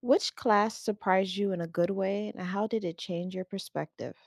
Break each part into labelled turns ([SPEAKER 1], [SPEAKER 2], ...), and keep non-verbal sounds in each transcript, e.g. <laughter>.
[SPEAKER 1] Which class surprised you in a good way, and how did it change your perspective?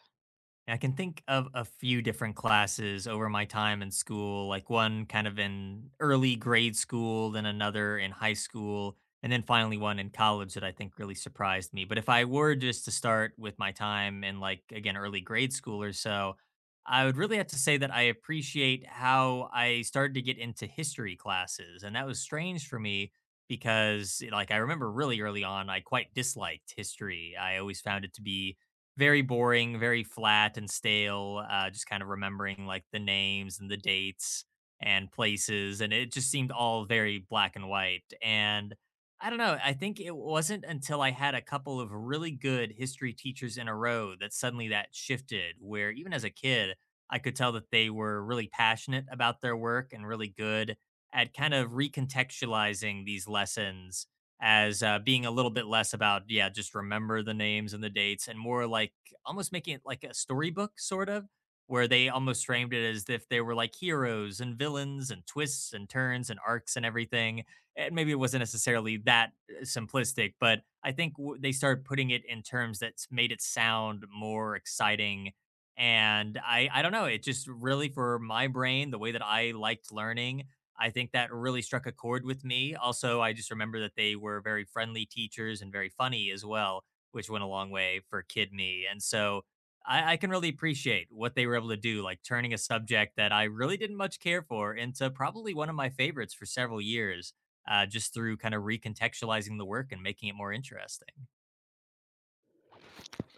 [SPEAKER 2] I can think of a few different classes over my time in school, like one kind of in early grade school, then another in high school, and then finally one in college that I think really surprised me. But if I were just to start with my time in, like, again, early grade school or so, I would really have to say that I appreciate how I started to get into history classes. And that was strange for me because, like, I remember really early on, I quite disliked history. I always found it to be very boring, very flat and stale, just kind of remembering like the names and the dates and places. And it just seemed all very black and white. And I don't know. I think it wasn't until I had a couple of really good history teachers in a row that suddenly that shifted, where even as a kid, I could tell that they were really passionate about their work and really good at kind of recontextualizing these lessons as being a little bit less about yeah just remember the names and the dates and more like almost making it like a storybook sort of where they almost framed it as if they were like heroes and villains and twists and turns and arcs and everything. And maybe it wasn't necessarily that simplistic, but I think they started putting it in terms that's made it sound more exciting. And I don't know, it just really for my brain the way that I liked learning, I think that really struck a chord with me. Also, I just remember that they were very friendly teachers and very funny as well, which went a long way for kid me. And so I can really appreciate what they were able to do, like turning a subject that I really didn't much care for into probably one of my favorites for several years, just through kind of recontextualizing the work and making it more interesting. <laughs>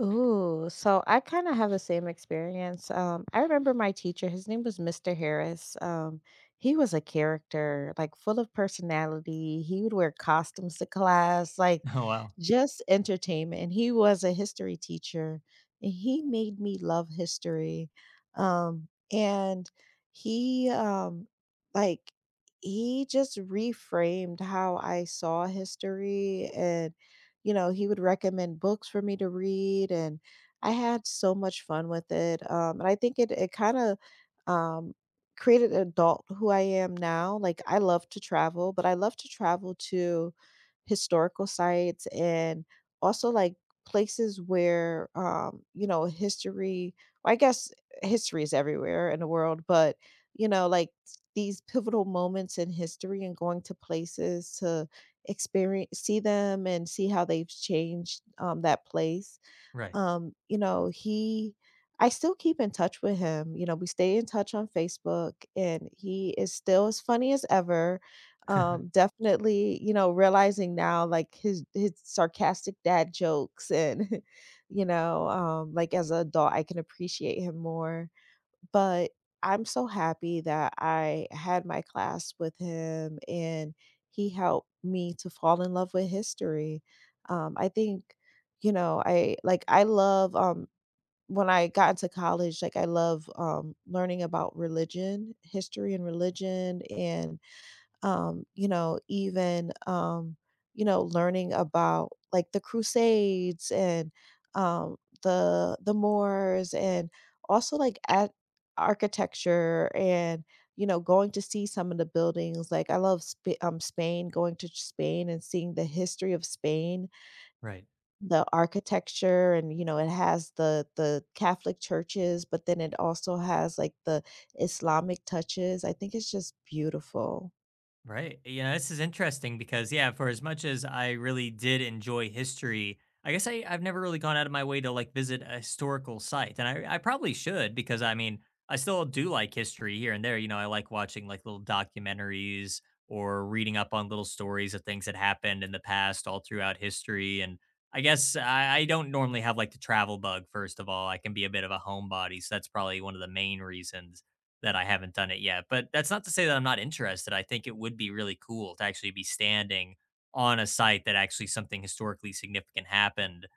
[SPEAKER 1] Ooh, so I kind of have the same experience. I remember my teacher, his name was Mr. Harris. He was a character, like full of personality. He would wear costumes to class, like
[SPEAKER 2] Oh, wow.
[SPEAKER 1] just entertainment. And he was a history teacher, and he made me love history. And he like He just reframed how I saw history. You know, he would recommend books for me to read, and I had so much fun with it. And I think it kind of um, created an adult who I am now. Like I love to travel, but I love to travel to historical sites and also like places where, you know, history. Well, I guess history is everywhere in the world, but you know, like these pivotal moments in history and going to places to experience see them and see how they've changed, that place.
[SPEAKER 2] Right.
[SPEAKER 1] You know, he I still keep in touch with him, you know, we stay in touch on Facebook, and he is still as funny as ever.
[SPEAKER 2] <laughs>
[SPEAKER 1] Definitely, you know, realizing now, like, his sarcastic dad jokes and, <laughs> you know, like, as an adult, I can appreciate him more, but I'm so happy that I had my class with him and he helped me to fall in love with history. I think, you know, I love, when I got into college, like I love learning about religion, history and religion, and um, you know, even um, you know, learning about like the Crusades and um, the Moors and also like at architecture and you know going to see some of the buildings. Like I love spain, going to spain and seeing the history of spain,
[SPEAKER 2] Right.
[SPEAKER 1] the architecture, and you know it has the catholic churches but then it also has like the islamic touches. I think it's just beautiful.
[SPEAKER 2] Right. Yeah, this is interesting because yeah, for as much as I really did enjoy history, I guess I've never really gone out of my way to like visit a historical site. And I probably should because I mean, I still do like history here and there. You know, I like watching like little documentaries or reading up on little stories of things that happened in the past all throughout history. And I guess I don't normally have like the travel bug, first of all. I can be a bit of a homebody. So that's probably one of the main reasons that I haven't done it yet. But that's not to say that I'm not interested. I think it would be really cool to actually be standing on a site that actually something historically significant happened.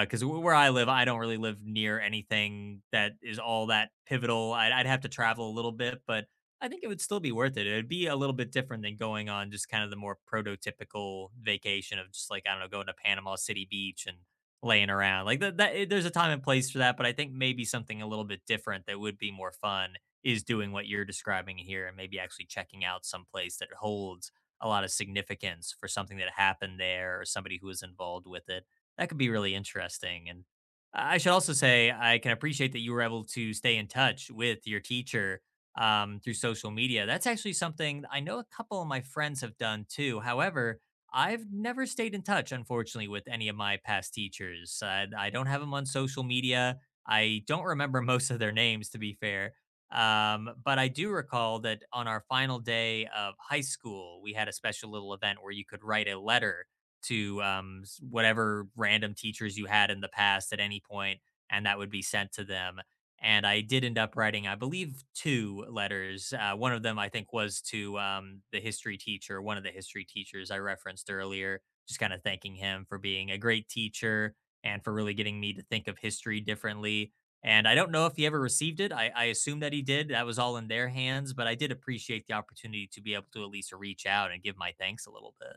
[SPEAKER 2] Because w where I live, I don't really live near anything that is all that pivotal. I'd have to travel a little bit, but I think it would still be worth it. It'd be a little bit different than going on just kind of the more prototypical vacation of just like, I don't know, going to Panama City Beach and laying around. Like that there's a time and place for that, but I think maybe something a little bit different that would be more fun is doing what you're describing here and maybe actually checking out some place that holds a lot of significance for something that happened there or somebody who was involved with it. That could be really interesting. And I should also say I can appreciate that you were able to stay in touch with your teacher through social media. That's actually something I know a couple of my friends have done too. However, I've never stayed in touch, unfortunately, with any of my past teachers. I don't have them on social media. I don't remember <laughs> most of their names, to be fair. But I do recall that on our final day of high school, we had a special little event where you could write a letter to whatever random teachers you had in the past at any point, and that would be sent to them. And I did end up writing, I believe, two letters. One of them, I think, was to the history teacher, one of the history teachers I referenced earlier, just kind of thanking him for being a great teacher and for really getting me to think of history differently. And I don't know if he ever received it. I assume that he did. That was all in their hands, but I did appreciate the opportunity to be able to at least reach out and give my thanks a little bit.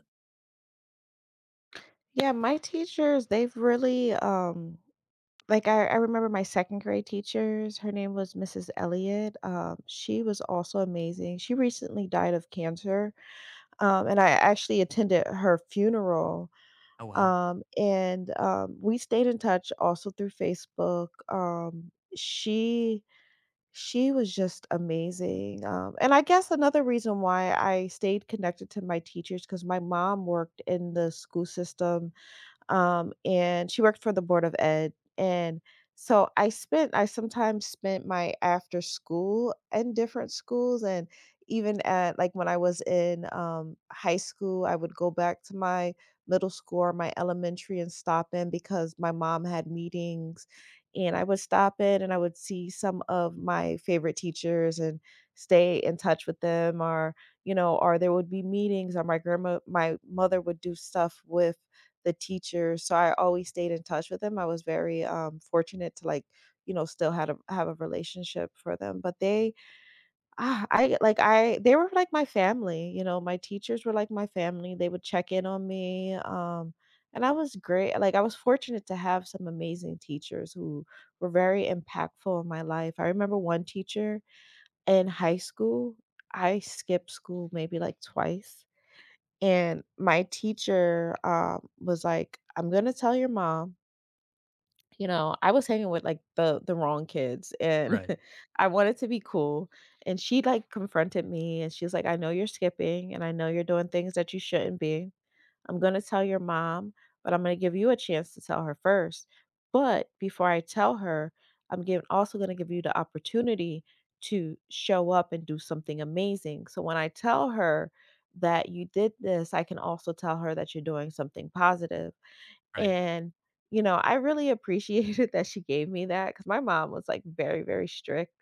[SPEAKER 1] Yeah, my teachers, they've really I remember my second grade teachers, her name was Mrs. Elliott. She was also amazing. She recently died of cancer. And I actually attended her funeral.
[SPEAKER 2] Oh, wow.
[SPEAKER 1] And We stayed in touch also through Facebook. She was just amazing. And I guess another reason why I stayed connected to my teachers because my mom worked in the school system, and she worked for the board of ed. And so I sometimes spent my after school in different schools, and even at like when I was in high school, I would go back to my middle school or my elementary and stop in because my mom had meetings. And I would stop in and I would see some of my favorite teachers and stay in touch with them, or, you know, or there would be meetings, or my grandma, my mother would do stuff with the teacher, so I always stayed in touch with them. I was very, fortunate to, like, you know, still had a have a relationship for them, but they ah, I like, I they were like my family. You know, my teachers were like my family, they would check in on me, and I was great. Like, I was fortunate to have some amazing teachers who were very impactful in my life. I remember one teacher in high school I skipped school maybe, like, twice. And my teacher, was like, "I'm gonna tell your mom." You know, I was hanging with, like, the wrong kids, and
[SPEAKER 2] Right.
[SPEAKER 1] <laughs> I wanted to be cool, and she, like, confronted me, and she's like, "I know you're skipping, and I know you're doing things that you shouldn't be. I'm going to tell your mom, but I'm going to give you a chance to tell her first. But before I tell her, also going to give you the opportunity to show up and do something amazing. So when I tell her that you did this, I can also tell her that you're doing something positive."
[SPEAKER 2] Right.
[SPEAKER 1] And, you know, I really appreciated <laughs> that she gave me that because my mom was, like, very, very strict.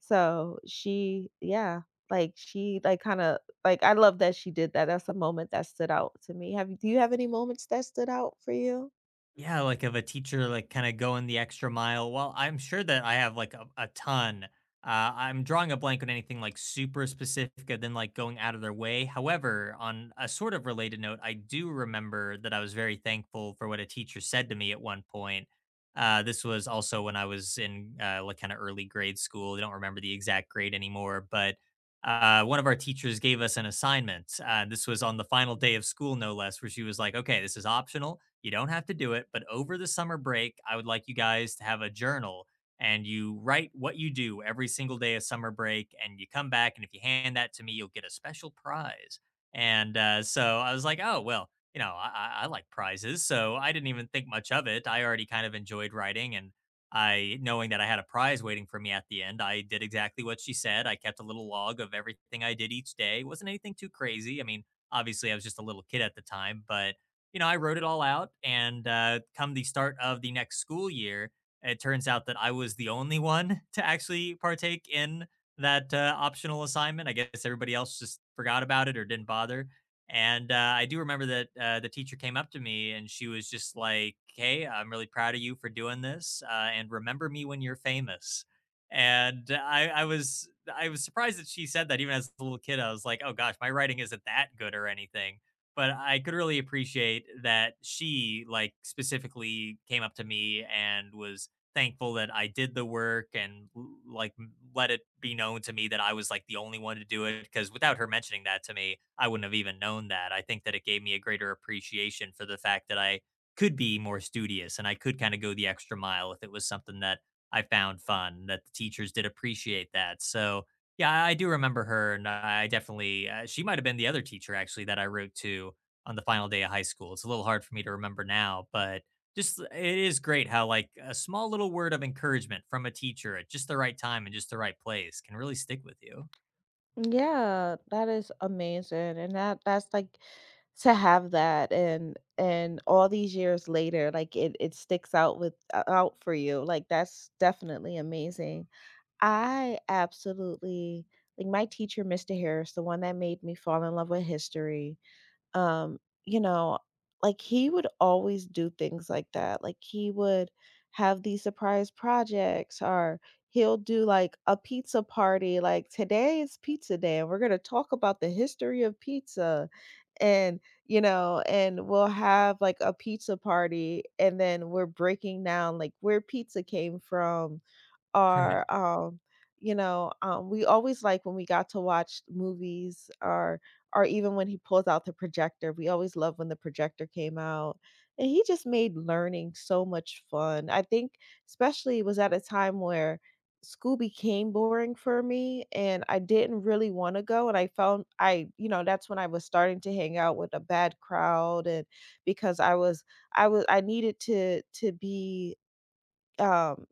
[SPEAKER 1] So she yeah, like, she, like, kinda like, I love that she did that. That's a moment that stood out to me. Have you? Do you have any moments that stood out for you?
[SPEAKER 2] Yeah, like of a teacher, like kind of going the extra mile. Well, I'm sure that I have like a ton. I'm drawing a blank on anything like super specific and then like going out of their way. However, on a sort of related note, I do remember that I was very thankful for what a teacher said to me at one point. This was also when I was in like kind of early grade school. I don't remember the exact grade anymore, but one of our teachers gave us an assignment. This was on the final day of school, no less, where she was like, okay, this is optional, you don't have to do it, but over the summer break, I would like you guys to have a journal and you write what you do every single day of summer break. And you come back, and if you hand that to me, you'll get a special prize. And so I was like, oh, well, you know, I like prizes. So I didn't even think much of it. I already kind of enjoyed writing. And I, knowing that I had a prize waiting for me at the end, I did exactly what she said. I kept a little log of everything I did each day. It wasn't anything too crazy. I mean, obviously, I was just a little kid at the time, but you know, I wrote it all out. And come the start of the next school year, it turns out that I was the only one to actually partake in that optional assignment. I guess everybody else just forgot about it or didn't bother. And I do remember that the teacher came up to me and she was just like, "Hey, I'm really proud of you for doing this. And remember me when you're famous." And I was surprised that she said that even as a little kid. I was like, oh gosh, my writing isn't that good or anything, but I could really appreciate that she like specifically came up to me and was thankful that I did the work and let it be known to me that I was like the only one to do it because without her mentioning that to me, I wouldn't have even known that. I think that it gave me a greater appreciation for the fact that I could be more studious and I could kind of go the extra mile if it was something that I found fun that the teachers did appreciate that. So, yeah, I do remember her, and I definitely she might have been the other teacher actually that I wrote to on the final day of high school. It's a little hard for me to remember now, but just it is great how like a small little word of encouragement from a teacher at just the right time and just the right place can really stick with you. <laughs>
[SPEAKER 1] Yeah, that is amazing, and that's like, to have that and all these years later, like, it sticks out for you, like, that's definitely amazing. I absolutely like my teacher, Mr. Harris, the one that made me fall in love with history. Um, you know, like he would always do things like that. Like he would have these surprise projects, or he'll do like a pizza party. Like today is pizza day and we're going to talk about the history of pizza, and you know and we'll have like a pizza party and then we're breaking down like where pizza came from,
[SPEAKER 2] Right.
[SPEAKER 1] or, um, we always like when we got to watch movies or even when he pulls out the projector. We always loved when the projector came out, and he just made learning so much fun. I think especially it was at a time where school became boring for me and I didn't really want to go, and I found I you know that's when I was starting to hang out with a bad crowd, and because I needed to be um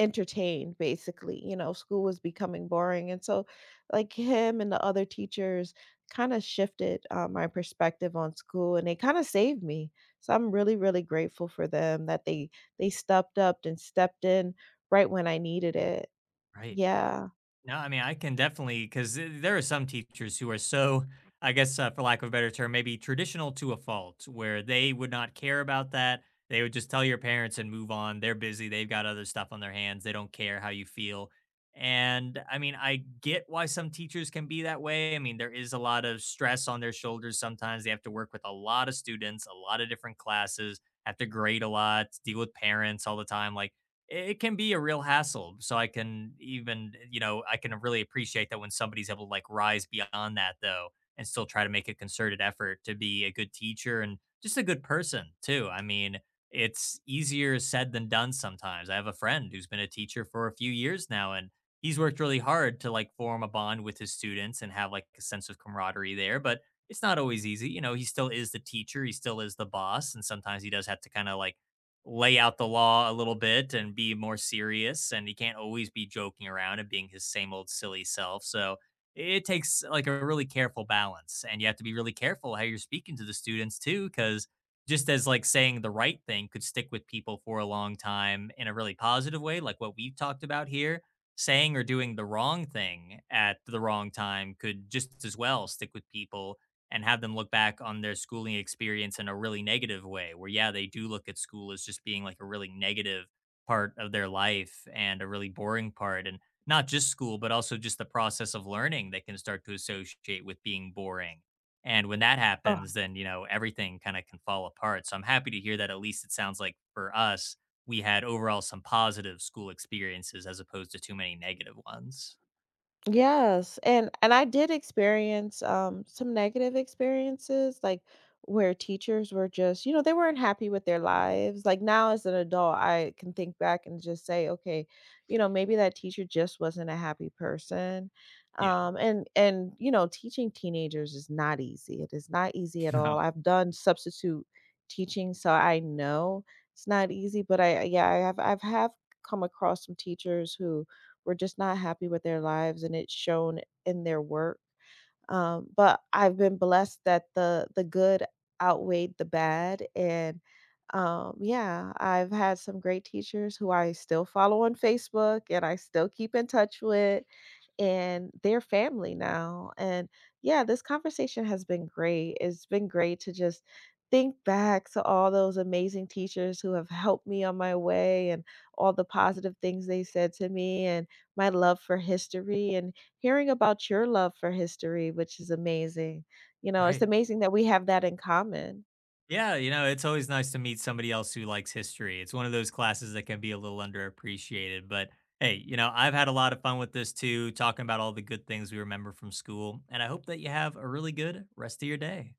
[SPEAKER 1] entertained basically. You know school was becoming boring, and so like him and the other teachers kind of shifted my perspective on school, and they kind of saved me. So I'm really really grateful for them that they stepped up and stepped in right when I needed it.
[SPEAKER 2] Right.
[SPEAKER 1] Yeah.
[SPEAKER 2] No, I mean, I can definitely because there are some teachers who are so, I guess, for lack of a better term, maybe traditional to a fault, where they would not care about that. They would just tell your parents and move on. They're busy. They've got other stuff on their hands. They don't care how you feel. And I mean, I get why some teachers can be that way. I mean, there is a lot of stress on their shoulders sometimes. They have to work with a lot of students, a lot of different classes, have to grade a lot, deal with parents all the time. Like, it can be a real hassle. So I can even, you know, I can really appreciate that when somebody's able to like rise beyond that though and still try to make a concerted effort to be a good teacher and just a good person too. I mean, it's easier said than done sometimes. I have a friend who's been a teacher for a few years now and he's worked really hard to like form a bond with his students and have like a sense of camaraderie there, but it's not always easy. You know, he still is the teacher, he still is the boss, and sometimes he does have to kind of like lay out the law a little bit and be more serious and he can't always be joking around and being his same old silly self. So it takes like a really careful balance and you have to be really careful how you're speaking to the students too, because just as like saying the right thing could stick with people for a long time in a really positive way like what we've talked about here, saying or doing the wrong thing at the wrong time could just as well stick with people and have them look back on their schooling experience in a really negative way where yeah they do look at school as just being like a really negative part of their life and a really boring part, and not just school but also just the process of learning they can start to associate with being boring. And when that happens then you know everything kind of can fall apart. So I'm happy to hear that at least it sounds like for us we had overall some positive school experiences as opposed to too many negative ones.
[SPEAKER 1] Yes, and I did experience some negative experiences, like where teachers were just, you know, they weren't happy with their lives. Like now as an adult, I can think back and just say, okay, you know, maybe that teacher just wasn't a happy person.
[SPEAKER 2] Yeah.
[SPEAKER 1] And You know, teaching teenagers is not easy. It is not easy
[SPEAKER 2] <laughs>
[SPEAKER 1] at all.
[SPEAKER 2] No.
[SPEAKER 1] I've done substitute teaching, so I know it's not easy, but I've have come across some teachers who were just not happy with their lives and it's shown in their work. But I've been blessed that the good outweighed the bad, and yeah, I've had some great teachers who I still follow on Facebook and I still keep in touch with, and their family now. And yeah, this conversation has been great. It's been great to just think back to all those amazing teachers who have helped me on my way, and all the positive things they said to me, and my love for history, and hearing about your love for history, which is amazing. You know, it's
[SPEAKER 2] Right.
[SPEAKER 1] amazing that we have that in common.
[SPEAKER 2] Yeah, you know, it's always nice to meet somebody else who likes history. It's one of those classes that can be a little underappreciated, but hey, you know, I've had a lot of fun with this too, talking about all the good things we remember from school, and I hope that you have a really good rest of your day.